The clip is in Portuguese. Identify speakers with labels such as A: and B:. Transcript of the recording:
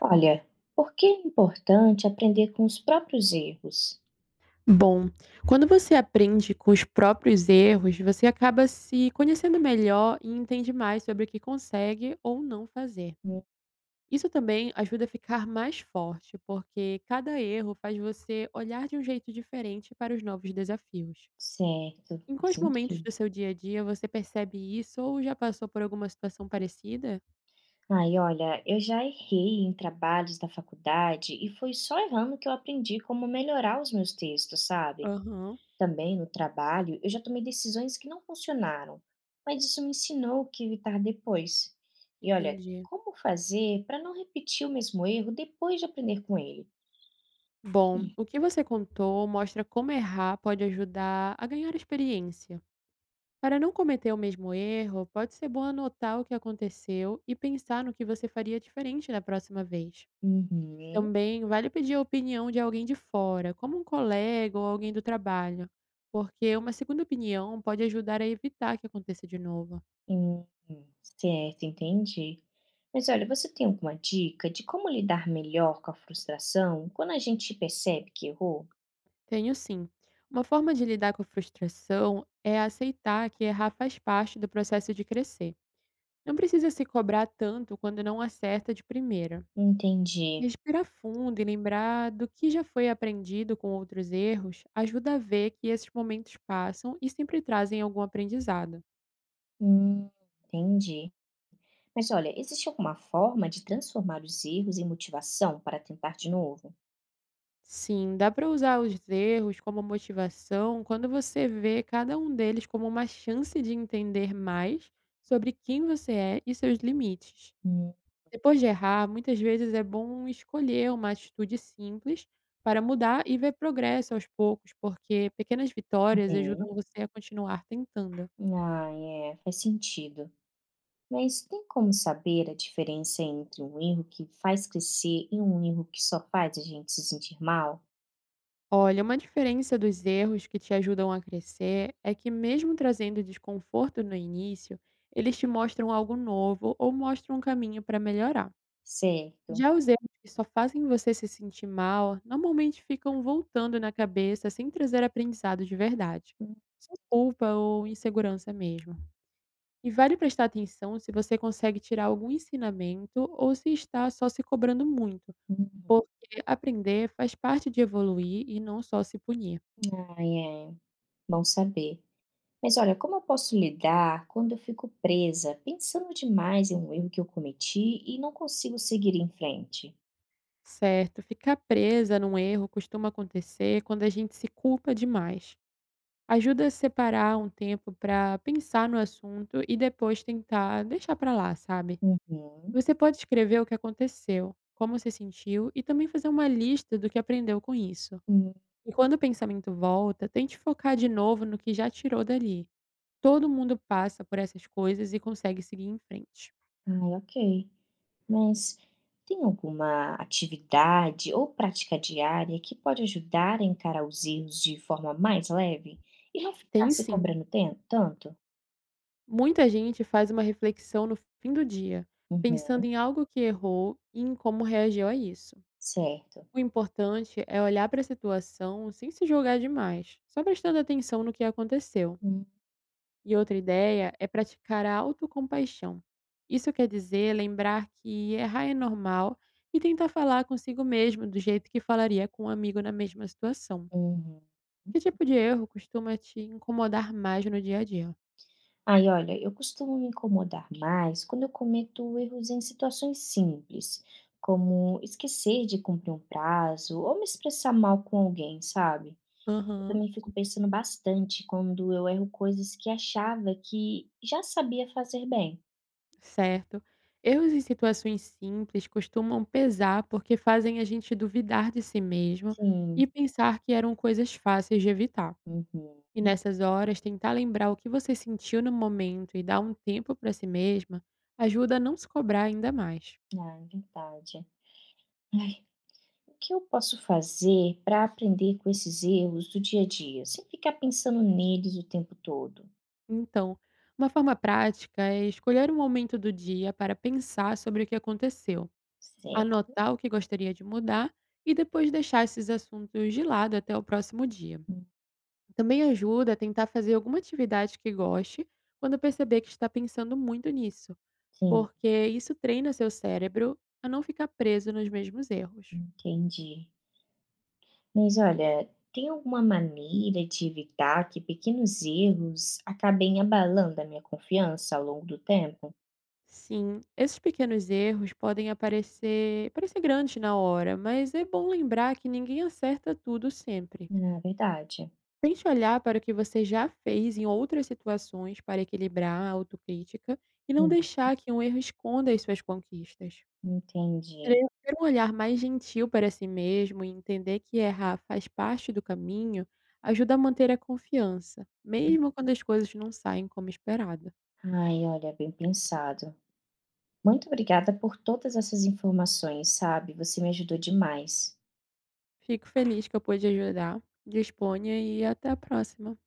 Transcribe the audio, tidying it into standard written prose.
A: Olha, por que é importante aprender com os próprios erros?
B: Bom, quando você aprende com os próprios erros, você acaba se conhecendo melhor e entende mais sobre o que consegue ou não fazer.
A: Hum,
B: Isso também ajuda a ficar mais forte, porque cada erro faz você olhar de um jeito diferente para os novos desafios.
A: certo,
B: Em
A: faz
B: quais momentos
A: sentido.
B: do seu dia a dia você percebe isso ou já passou por alguma situação parecida?
A: Ai, olha, eu já errei em trabalhos da faculdade e foi só errando que eu aprendi como melhorar os meus textos, sabe?
B: Aham,
A: Também no trabalho, eu já tomei decisões que não funcionaram, mas isso me ensinou o que evitar depois. E olha,
B: entendi.
A: como fazer para não repetir o mesmo erro depois de aprender com ele?
B: Bom, o que você contou mostra como errar pode ajudar a ganhar experiência. Para não cometer o mesmo erro, pode ser bom anotar o que aconteceu e pensar no que você faria diferente da próxima vez.
A: Uhum.
B: Também vale pedir a opinião de alguém de fora, como um colega ou alguém do trabalho, porque uma segunda opinião pode ajudar a evitar que aconteça de novo.
A: Hum, certo, entendi. Mas olha, você tem alguma dica de como lidar melhor com a frustração quando a gente percebe que errou?
B: Tenho sim. Uma forma de lidar com a frustração é aceitar que errar faz parte do processo de crescer. Não precisa se cobrar tanto quando não acerta de primeira.
A: Entendi.
B: Respirar fundo e lembrar do que já foi aprendido com outros erros ajuda a ver que esses momentos passam e sempre trazem algum aprendizado.
A: Hum, entendi. Mas olha, existe alguma forma de transformar os erros em motivação para tentar de novo?
B: Sim, dá para usar os erros como motivação quando você vê cada um deles como uma chance de entender mais sobre quem você é e seus limites. Depois de errar, muitas vezes é bom escolher uma atitude simples para mudar e ver progresso aos poucos, porque pequenas vitórias
A: Uhum.
B: ajudam você a continuar tentando.
A: Ah, é, faz sentido. Mas tem como saber a diferença entre um erro que faz crescer e um erro que só faz a gente se sentir mal?
B: Olha, uma diferença dos erros que te ajudam a crescer é que, mesmo trazendo desconforto no início, eles te mostram algo novo ou mostram um caminho para melhorar.
A: Certo.
B: Já os erros que só fazem você se sentir mal normalmente ficam voltando na cabeça sem trazer aprendizado de verdade. Só culpa ou insegurança mesmo. E vale prestar atenção se você consegue tirar algum ensinamento ou se está só se cobrando muito,
A: Hum,
B: porque aprender faz parte de evoluir e não só se punir.
A: Ah, é. Bom saber. Mas olha, como eu posso lidar quando eu fico presa, pensando demais em um erro que eu cometi e não consigo seguir em frente?
B: Certo, ficar presa num erro costuma acontecer quando a gente se culpa demais. Ajuda a separar um tempo para pensar no assunto e depois tentar deixar para lá, sabe?
A: Uhum.
B: Você pode escrever o que aconteceu, como se sentiu e também fazer uma lista do que aprendeu com isso.
A: Hum.
B: E quando o pensamento volta, tente focar de novo no que já tirou dali. Todo mundo passa por essas coisas e consegue seguir em frente.
A: Ai, ok. Mas tem alguma atividade ou prática diária que pode ajudar a encarar os erros de forma mais leve e não ficar
B: Tem
A: se
B: sim,
A: cobrando tanto?
B: muita gente faz uma reflexão no fim do dia, pensando
A: Uhum.
B: em algo que errou e em como reagiu a isso.
A: Certo.
B: O importante é olhar para a situação sem se julgar demais, só prestando atenção no que aconteceu.
A: Hum,
B: E outra ideia é praticar a autocompaixão. Isso quer dizer lembrar que errar é normal e tentar falar consigo mesmo do jeito que falaria com um amigo na mesma situação.
A: Uhum.
B: Que tipo de erro costuma te incomodar mais no dia a dia?
A: Ai, olha, eu costumo me incomodar mais quando eu cometo erros em situações simples, como esquecer de cumprir um prazo ou me expressar mal com alguém, sabe? Eu
B: Aham.
A: também fico pensando bastante quando eu erro coisas que achava que já sabia fazer bem.
B: Certo. Erros em situações simples costumam pesar porque fazem a gente duvidar de si mesmo e
A: Sim,
B: pensar que eram coisas fáceis de evitar.
A: uhum.
B: E nessas horas, tentar lembrar o que você sentiu no momento e dar um tempo para si mesma ajuda a não se cobrar ainda mais.
A: Ah, é verdade. Ai, o que eu posso fazer para aprender com esses erros do dia a dia, sem ficar pensando neles o tempo todo?
B: Então, uma forma prática é escolher um momento do dia para pensar sobre o que aconteceu,
A: Certo.
B: anotar o que gostaria de mudar e depois deixar esses assuntos de lado até o próximo dia. Também ajuda a tentar fazer alguma atividade que goste quando perceber que está pensando muito nisso,
A: Sim,
B: porque isso treina seu cérebro a não ficar preso nos mesmos erros.
A: entendi. Mas olha, tem alguma maneira de evitar que pequenos erros acabem abalando a minha confiança ao longo do tempo?
B: Sim, esses pequenos erros podem aparecer, parecer grandes na hora, mas é bom lembrar que ninguém acerta tudo sempre.
A: Na verdade.
B: Tente olhar para o que você já fez em outras situações para equilibrar a autocrítica e não
A: Uhum,
B: deixar que um erro esconda as suas conquistas.
A: entendi.
B: Creio que ter um olhar mais gentil para si mesmo e entender que errar faz parte do caminho ajuda a manter a confiança, mesmo quando as coisas não saem como esperado.
A: Ai, olha, bem pensado. Muito obrigada por todas essas informações, sabe? Você me ajudou demais.
B: Fico feliz que eu pude ajudar. Disponha e até a próxima.